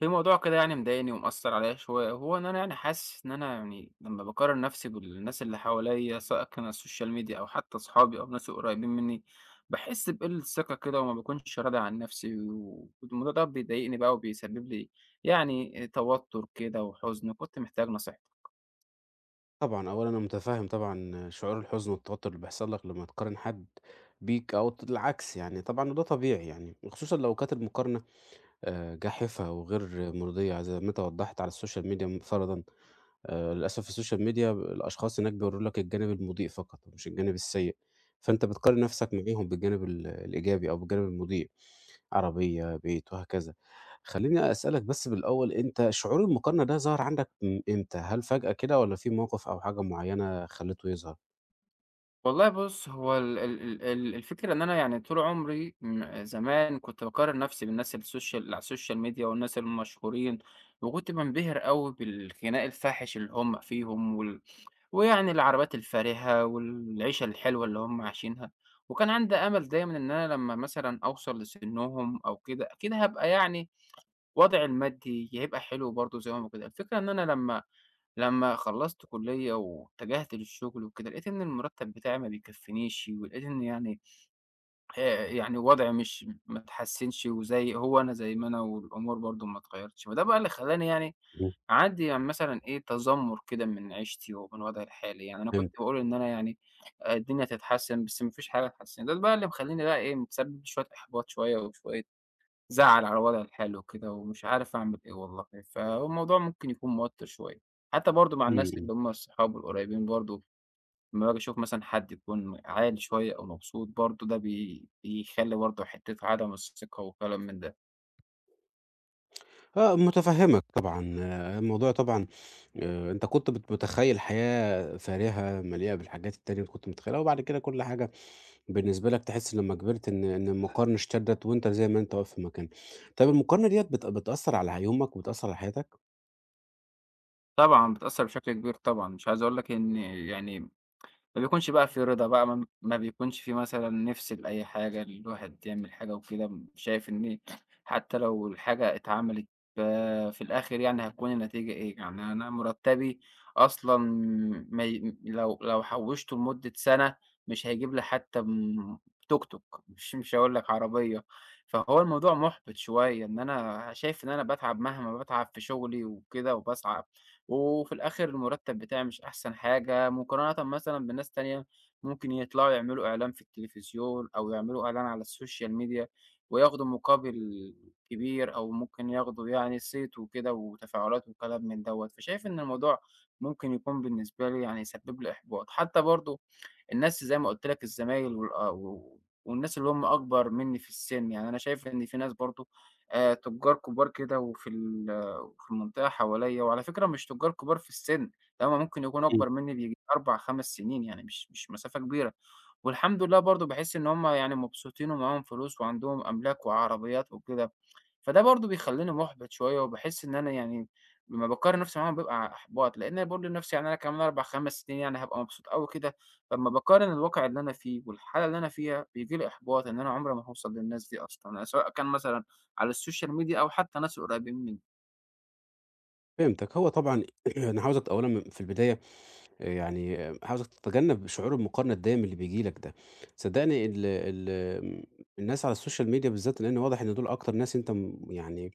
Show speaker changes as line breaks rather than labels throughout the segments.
في موضوع كده يعني مضايقني ومأثّر عليَّ شوية، هو إن أنا يعني حاسس إن أنا يعني لمّا باقارن نفْسي بالناس اللي حواليّا، سواء كان على السوشيال ميديا أو حتى أصحابي أو الناس القريبين منّي، باحس بقِلّة ثقة كده وما باكونش راضي عن نفْسي، والموضوع ده بيضايقني بقى وبيسبب لي يعني توتُّر كده وحُزن، وكنت محتاج نصيحتك.
طبعًا، أولًا أنا متفهم طبعًا شعور الحزن والتوتر اللي بيحصل لك لمّا تقارن حد بيك أو العكس يعني طبعًا وده طبيعي يعني، وخصوصًا لو كانت المقارنة جاحفة وغير مرضية زي ما أنت وضحت على السوشيال ميديا فرضًا، للأسف السوشيال ميديا الأشخاص هناك بيوروا لك الجانب المضيء فقط مش الجانب السيء، فأنت بتقارن نفسك معاهم بالجانب الإيجابي أو بالجانب المضيء. عربية، بيت وهكذا. خلّيني أسألك بس بالأول، أنت شعور المقارنة ده ظهر عندك من إمتى؟ هل فجأة كده والّا في موقف أو حاجة معيّنة خلّته يظهر؟
والله بُص، هو ال ال ال ال الفكرة إن أنا يعني طول عمري زمان كنت باقارن نفسي بالناس السوشيال اللي على السوشيال ميديا والناس المشهورين، وكنت بانبهر أوي بالخناق الفاحش اللي هم فيهم ويعني العربيات الفارهة والعيشة الحلوة اللي هم عايشينها، وكان عندي أمل دايمًا إن أنا لمّا مثلًا أوصل لسنهم أو كده، أكيد هابقى يعني وضعي المادي هيبقى حلو برضه زيهم وكده. الفكرة إن أنا لمّا خلّصت كُلّية واتجهت للشغل وكده، لقيت إن المرتب بتاعي ما بيكفّينيش، ولقيت إن يعني يعني وضعي مش ما اتحسّنش وزي هو أنا زي ما أنا والأمور برضه ما اتغيّرتش، فده بقى اللي خلّاني يعني
إمم.
عندي يعني مثلًا إيه، تذمُّر كده من عيشتي ومن وضعي الحالي، يعني أنا كنت
فهمت.
باقول إن أنا يعني آه، الدنيا هتتحسّن، بس ما فيش حاجة اتحسّنت، ده بقى اللي مخلّيني بقى إيه، متسبب لي شوية إحباط شوية وشوية زعل على الوضع الحالي وكده ومش عارف أعمل إيه والله، فالموضوع ممكن يكون موتّر شوية، حتى برضه مع
إمم،
الناس
إمم.
اللي هم الصحاب والقريبين برضه لمّا باجي أشوف مثلًا حد يكون عالي شوية أو مبسوط برضه ده بيخلّي برضه حتّة عدم الثقة وكلام من ده.
آه، متفهّمك طبعًا. آه، الموضوع طبعًا أنت كنت متخيّل حياة فارهة مليئة بالحاجات التانية اللي كنت متخيّلها وبعد كده كل حاجة بالنسبة لك تحس لمّا كبرت إن المقارنة اشتدت وأنت زي ما أنت واقف في مكانك. طيب المقارنة ديّة بتأثّر على يومك وبتأثّر على حياتك؟
طبعًا بتأثّر بشكل كبير طبعًا، مش عايز أقول لك إن يعني ما بيكونش بقى في رضا بقى، ما بيكونش في مثلًا نِفْس لأي حاجة، الواحد يعمل حاجة وكده، شايف إن حتى لو الحاجة اتعملت ف في الآخر يعني هتكون النتيجة إيه، يعني أنا مرتّبي أصلًا ما ي لو حوّشته لمدة سَنة مش هيجيب لي حتى توك توك، مش هاقول لك عربية، فهو الموضوع مُحبِط شوية إن أنا شايف إن أنا باتعب مهما باتعب في شغلي وكده وباسعى وفي الآخر المرتب بتاعي مش أحسن حاجة، مقارنةً مثلًا بناس تانية ممكن يطلعوا يعملوا إعلان في التلفزيون أو يعملوا إعلان على السوشيال ميديا وياخدوا مقابل كبير أو ممكن ياخدوا يعني صيت وكده وتفاعلات وكلام من دوّة، فشايف إن الموضوع ممكن يكون بالنسبة لي يعني يسبب لي إحباط، حتى برضه الناس زي ما قُلت لك الزمايل آه، و والناس اللي هم أكبر منّي في السِن، يعني أنا شايف إن في ناس برضه تُجّار كُبار كده وفي المنطقة حواليّا، وعلى فكرة مش تُجّار كُبار في السِن، ده هم ممكن يكونوا أكبر منّي بييجي 4، 5 سنين يعني مش مسافة كبيرة. والحمد لله برضه باحس إن هُم يعني مبسوطين ومعاهم فلوس وعندهم أملاك وعربيات وكده، فده برضه بيخلّيني مُحبِط شوية وباحس إن أنا يعني لمّا باقارن نفسي معاهم بابقى إحباط، لإن أنا باقول لنفسي يعني أنا كمان 4، 5 سنين يعني هابقى مبسوط أوي كده، فلمّا باقارن الواقع اللي أنا فيه والحالة اللي أنا فيها بييجي لي إحباط إن أنا عمري ما هاوصل للناس دي أصلًا، يعني سواء كان مثلًا على السوشيال ميديا أو حتى ناس قريبين منّي.
فهمتك. هو طبعًا أنا عاوزك أولًا في البداية يعني عاوزك تتجنب شعور المقارنة الدايم اللي بيجي لك ده، صدقني ال ال الناس على السوشيال ميديا بالذات لان واضح ان دول اكتر ناس انت يعني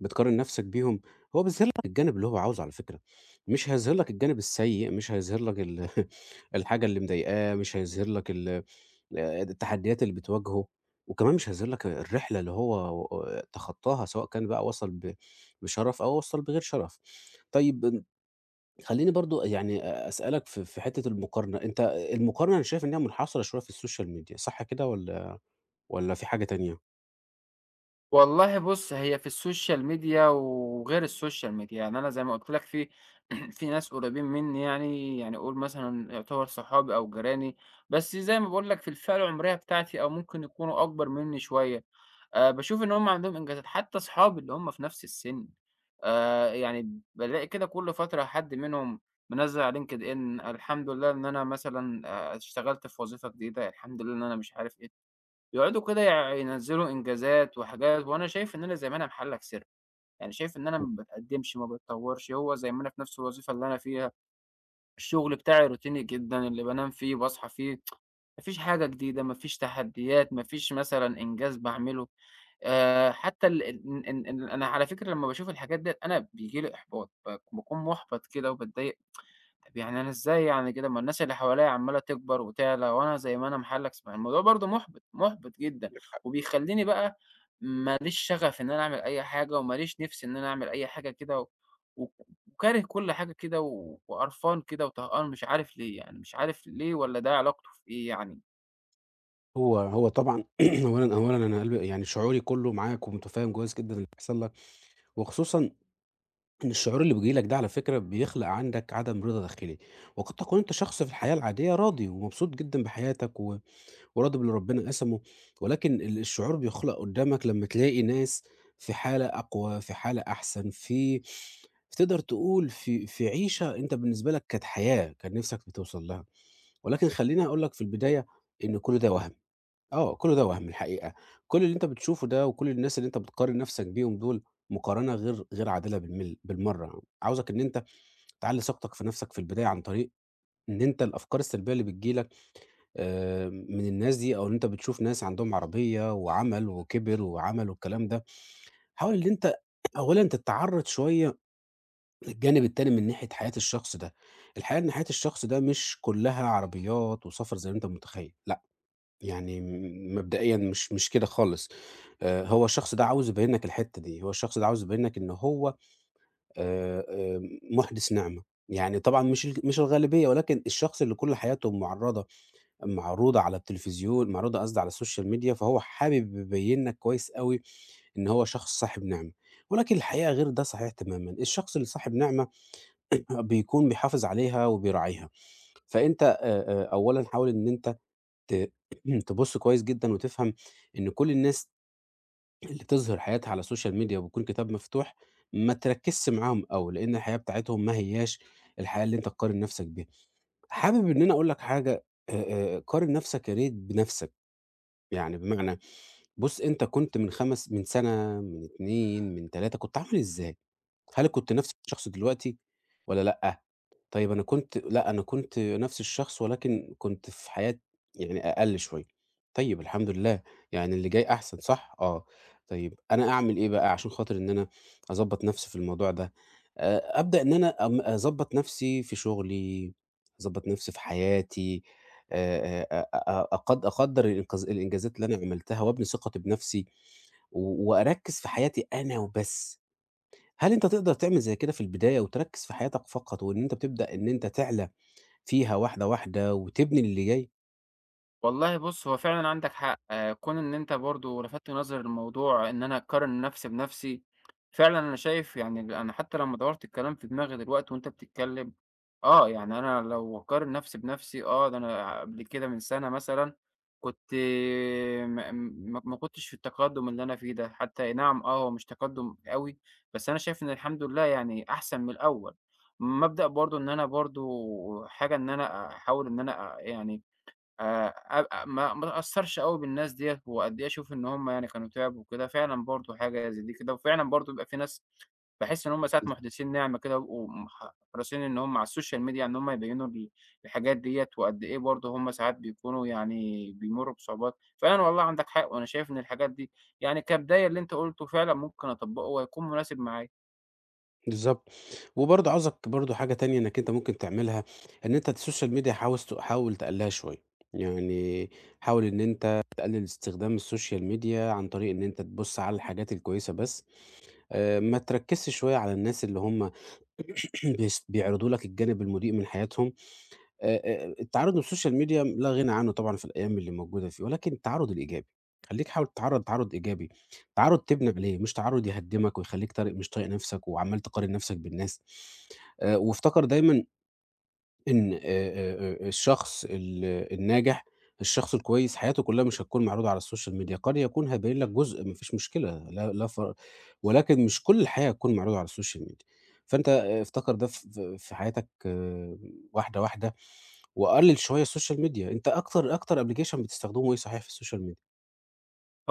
بتقارن نفسك بيهم. هو بيظهر لك الجانب اللي هو عاوزه على فكرة، مش هيظهر لك الجانب السيء، مش هيظهر لك الحاجة اللي مضايقاه، مش هيظهر لك التحديات اللي بتواجهه، وكمان مش هيظهر لك الرحلة اللي هو تخطاها سواء كان بقى وصل بشرف او وصل بغير شرف. طيب، خلّيني برضه يعني أسألك في حتّة المقارنة، أنت المقارنة أنا شايف إنها منحصرة شوية في السوشيال ميديا صح كده والّا في حاجة تانية؟
والله بُص، هي في السوشيال ميديا وغير السوشيال ميديا، يعني أنا زي ما قُلت لك في في ناس قريبين منّي يعني، يعني قُل مثلًا يعتبر صحابي أو جيراني، بس زي ما باقول لك في الفئة العمرية بتاعتي أو ممكن يكونوا أكبر منّي شوية. باشوف إن هُم عندهم إنجازات، حتى أصحابي اللي هُم في نفس السِن، يعني بالاقي كده كل فترة حد منهم منزّل على LinkedIn الحمد لله إن أنا مثلًا اشتغلت في وظيفة جديدة، الحمد لله إن أنا مش عارف إيه. يقعدوا كده ينزّلوا إنجازات وحاجات، وأنا شايف إن أنا زي ما أنا محلّك سر، يعني شايف إن أنا ما باتقدّمش، ما باتطوّرش، هو زي ما أنا في نفس الوظيفة اللي أنا فيها، الشغل بتاعي روتيني جدًا، اللي بانام فيه باصحى فيه، ما فيش حاجة جديدة، ما فيش تحديات، ما فيش مثلًا إنجاز باعمله. حتى إن أنا على فكرة لمّا باشوف الحاجات ديّة أنا بييجي لي إحباط، باكون مُحبَط كده وباتضايق. طب يعني أنا إزاي يعني كده ما الناس اللي حواليّا عمّالة تكبر وتعلى وأنا زي ما أنا محلّكس، ما الموضوع برضه مُحبِط، مُحبِط جدًا، وبيخلّيني بقى ما ليش شغف إن أنا أعمل أي حاجة وما ليش نِفْس إن أنا أعمل أي حاجة كده و و وكاره كل حاجة كده و وقرفان كده وطهقان مش عارف ليه، يعني مش عارف ليه والّا ده علاقته في إيه يعني؟
هو طبعًا أولًا أنا قلبي يعني شعوري كُلّه معاك ومتفهّم كويس جدًا اللي بيحصل لك، وخصوصًا إن الشعور اللي بييجي لك ده على فكرة بيخلق عندك عدم رضا داخلي، وقد تكون أنت شخص في الحياة العادية راضي ومبسوط جدًا بحياتك وراضي باللي ربنا قسمه، ولكن الشعور بيخلق قدّامك لمّا تلاقي ناس في حالة أقوى، في حالة أحسن، تقدر تقول في عيشة أنت بالنسبة لك كانت حياة، كان نِفْسك بتوصل لها، ولكن خلّيني أقول لك في البداية إن كل ده وَهْم، آه، كل ده وَهْم الحقيقة، كل اللي أنت بتشوفه ده وكل الناس اللي أنت بتقارن نَفْسك بيهم دُول مقارنة غير عادلة بالمرّة، عاوزك إن أنت تعلّي ثقتك في نَفْسك في البداية عن طريق إن أنت الأفكار السلبية اللي بتيجي لك من الناس دي أو إن أنت بتشوف ناس عندهم عربية وعمل وكِبِر وعمل والكلام ده، حاول إن أنت أولًا تتعرّض شوية للجانب التاني من ناحية حياة الشخص ده. الحقيقة إن حياة الشخص ده مش كُلّها عربيات وسفر زي ما أنت متخيّل، لأ، يعني مبدئيًا مش كده خالص. هو الشخص ده عاوز يبيّن لك الحتّة دي، هو الشخص ده عاوز يبيّن لك إن هو آآ آآ مُحدِث نِعمة. يعني طبعًا مش الغالبية، ولكن الشخص اللي كل حياته مُعرّضة معروضة على التلفزيون، معروضة قصدي على السوشيال ميديا، فهو حابب يبين لك كويس أوي إن هو شخص صاحب نعمة، ولكن الحقيقة غير ده صحيح تمامًا، الشخص اللي صاحب نعمة بيكون بيحافظ عليها وبيراعيها، فأنت أولًا حاول إن أنت ت تبُص كويس جدًا وتفهم إن كل الناس اللي تظهر حياتها على السوشيال ميديا وبيكون كتاب مفتوح، ما تركّزش معاهم أوي، لإن الحياة بتاعتهم ما هياش الحياة اللي أنت تقارن نفسك بيها. حابب إن أنا أقول لك حاجة، آآ، قارن نفسك يا ريت بنفسك. يعني بمعنى بُص، أنت كنت من 5 من سَنة، من 2، من 3 كنت عامل إزاي؟ هل كنت نفس الشخص دلوقتي والّا لأ؟ طيب، أنا كنت لأ، أنا كنت نفس الشخص ولكن كنت في حياة يعني أقل شوية. طيب الحمد لله، يعني اللي جاي أحسن صح؟ آه. طيب أنا أعمل إيه بقى عشان خاطر إن أنا أضبّط نفسي في الموضوع ده؟ أبدأ إن أنا أضبّط نفسي في شغلي، أضبّط نفسي في حياتي، أ أ أقد أقدّر الإنجازات اللي أنا عملتها وأبني ثقتي بنفسي وأركّز في حياتي أنا وبس. هل أنت تقدر تعمل زي كده في البداية وتركّز في حياتك فقط وإن أنت بتبدأ إن أنت تعلى فيها واحدة، واحدة وتبني للي جاي.
والله بُص، هو فعلًا عندك حق. كون إن أنت برضه لفتت نظري للموضوع إن أنا أقارن نفسي بنفسي، فعلًا أنا شايف يعني أنا حتى لمّا دوّرت الكلام في دماغي دلوقتي وأنت بتتكلم، آه، يعني أنا لو أقارن نفسي بنفسي آه، ده أنا قبل كده من سنة مثلًا كنت م م ما كنتش في التقدم اللي أنا فيه ده، حتى أي نعم آه، هو مش تقدم أوي، بس أنا شايف إن الحمد لله يعني أحسن من الأول. مبدأ برضه إن أنا برضه حاجة إن أنا أحاول إن أنا يعني آآ أبقى ما اتأثّرش أوي بالناس ديّة، وقد إيه أشوف إن هم يعني كانوا تعبوا وكده، فعلًا برضه حاجة زي دي كده، وفعلًا برضه بيبقى في ناس باحس إن هم ساعة مُحدِثين نعمة كده بيبقوا حريصين إن هم على السوشيال ميديا إن هم يبيّنوا الحاجات ديّة، وقد إيه برضه هم ساعات بيكونوا يعني بيمُرّوا بصعوبات، فعلًا والله عندك حق، وأنا شايف إن الحاجات دي يعني كبداية اللي أنت قُلته فعلًا ممكن أطبّقه وهيكون مناسب معايا.
بالضبط. وبرضه عاوزك برضه حاجة تانية إنّك أنت ممكن تعملها، إن أنت السوشيال ميديا حاوز ت حاول تقلّلها شوية. يعني حاول إن أنت تقلّل استخدام السوشيال ميديا عن طريق إن أنت تبُص على الحاجات الكويسة بس، ما تركّزش شوية على الناس اللي هم بيعرضوا لك الجانب المُضيء من حياتهم. التعرُّض للسوشيال ميديا لا غنى عنه طبعًا في الأيام اللي موجودة فيه، ولكن التعرُّض الإيجابي، خلّيك حاول تتعرّض تعرُّض إيجابي، تعرُّض تبني عليه، مش تعرُّض يهدّمك ويخلّيك طارق مش طايق نَفْسك وعمّال تقارن نَفْسك بالناس، وافتكر دايمًا إن الشخص الناجح، الشخص الكويس حياته كلّها مش هتكون معروضة على السوشيال ميديا، قد يكون هيبين لك جزء ما فيش مشكلة، لا لا، ولكن مش كل الحياة هتكون معروضة على السوشيال ميديا، فأنت آه، افتكر ده ف في في حياتك، آه، واحدة، واحدة، وقلِّل شوية السوشيال ميديا. أنت أكتر application بتستخدمه إيه صحيح في السوشيال ميديا؟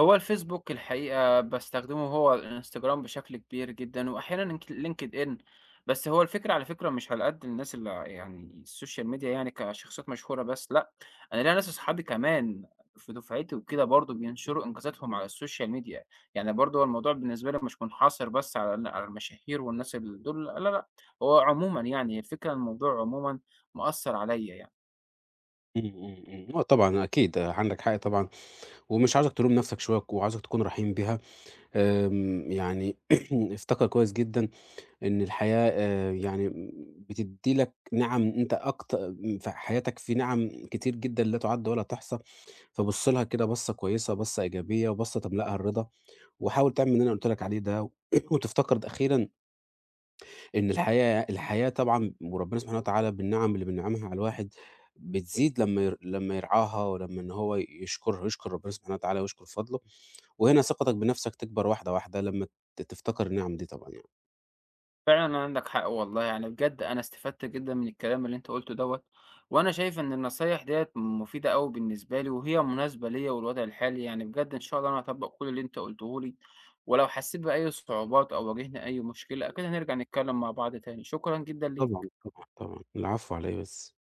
هو الفيسبوك الحقيقة باستخدمه هو الإنستجرام بشكل كبير جدًا، وأحيانًا لينكد إن، بس هو الفكرة على فكرة مش على قد الناس اللي يعني السوشيال ميديا يعني كشخصيات مشهورة بس لأ، أنا ليّا ناس أصحابي كمان في دفعتي وكده برضه بينشروا إنجازاتهم على السوشيال ميديا، يعني برضه هو الموضوع بالنسبة لي مش منحصر بس على على المشاهير والناس دول، لا، لا، لا، هو عمومًا يعني الفكرة الموضوع عمومًا مأثّر عليَّ يعني.
إمم، إمم، إمم، آه طبعًا أكيد، آه، عندك حق طبعًا، ومش عاوزك تلوم نفسك شوية وعاوزك تكون رحيم بيها. يعني افتكر كويس جدًا إن الحياة يعني بتدّي لك نِعَم، أنت أكت في حياتك في نِعَم كتير جدًا لا تُعَد ولا تُحصى، فبُص لها كده بصّة كويسة، بصّة إيجابية، وبصّة تملأها الرضا، وحاول تعمل اللي أنا قُلت لك عليه ده، وتفتقد أخيرًا إن الحياة طبعًا وربنا سبحانه وتعالى بالنِعَم اللي بينعمها على الواحد بتزيد لمّا يرعاها ولمّا إن هو يشكرها يشكر ربنا سبحانه وتعالى ويشكر فضله، وهنا ثقتك بنَفْسك تكبر واحدة واحدة لمّا تفتكر النِعَم دي طبعًا يعني.
فعلًا عندك حق والله، يعني بجد أنا استفدت جدًا من الكلام اللي أنت قُلته دوّة، وأنا شايف إن النصايح ديّة مفيدة أوي بالنسبة لي، وهي مناسبة ليّا والوضع الحالي، يعني بجد إن شاء الله أنا هاطبّق كل اللي أنت قُلته لي، ولو حسيت بأي صعوبات أو واجهني أي مشكلة أكيد هنرجع نتكلّم مع بعض تاني، شكرًا جدًا
طبعًا،
ليك.
طبعًا، طبعًا. العفو على إيه بس.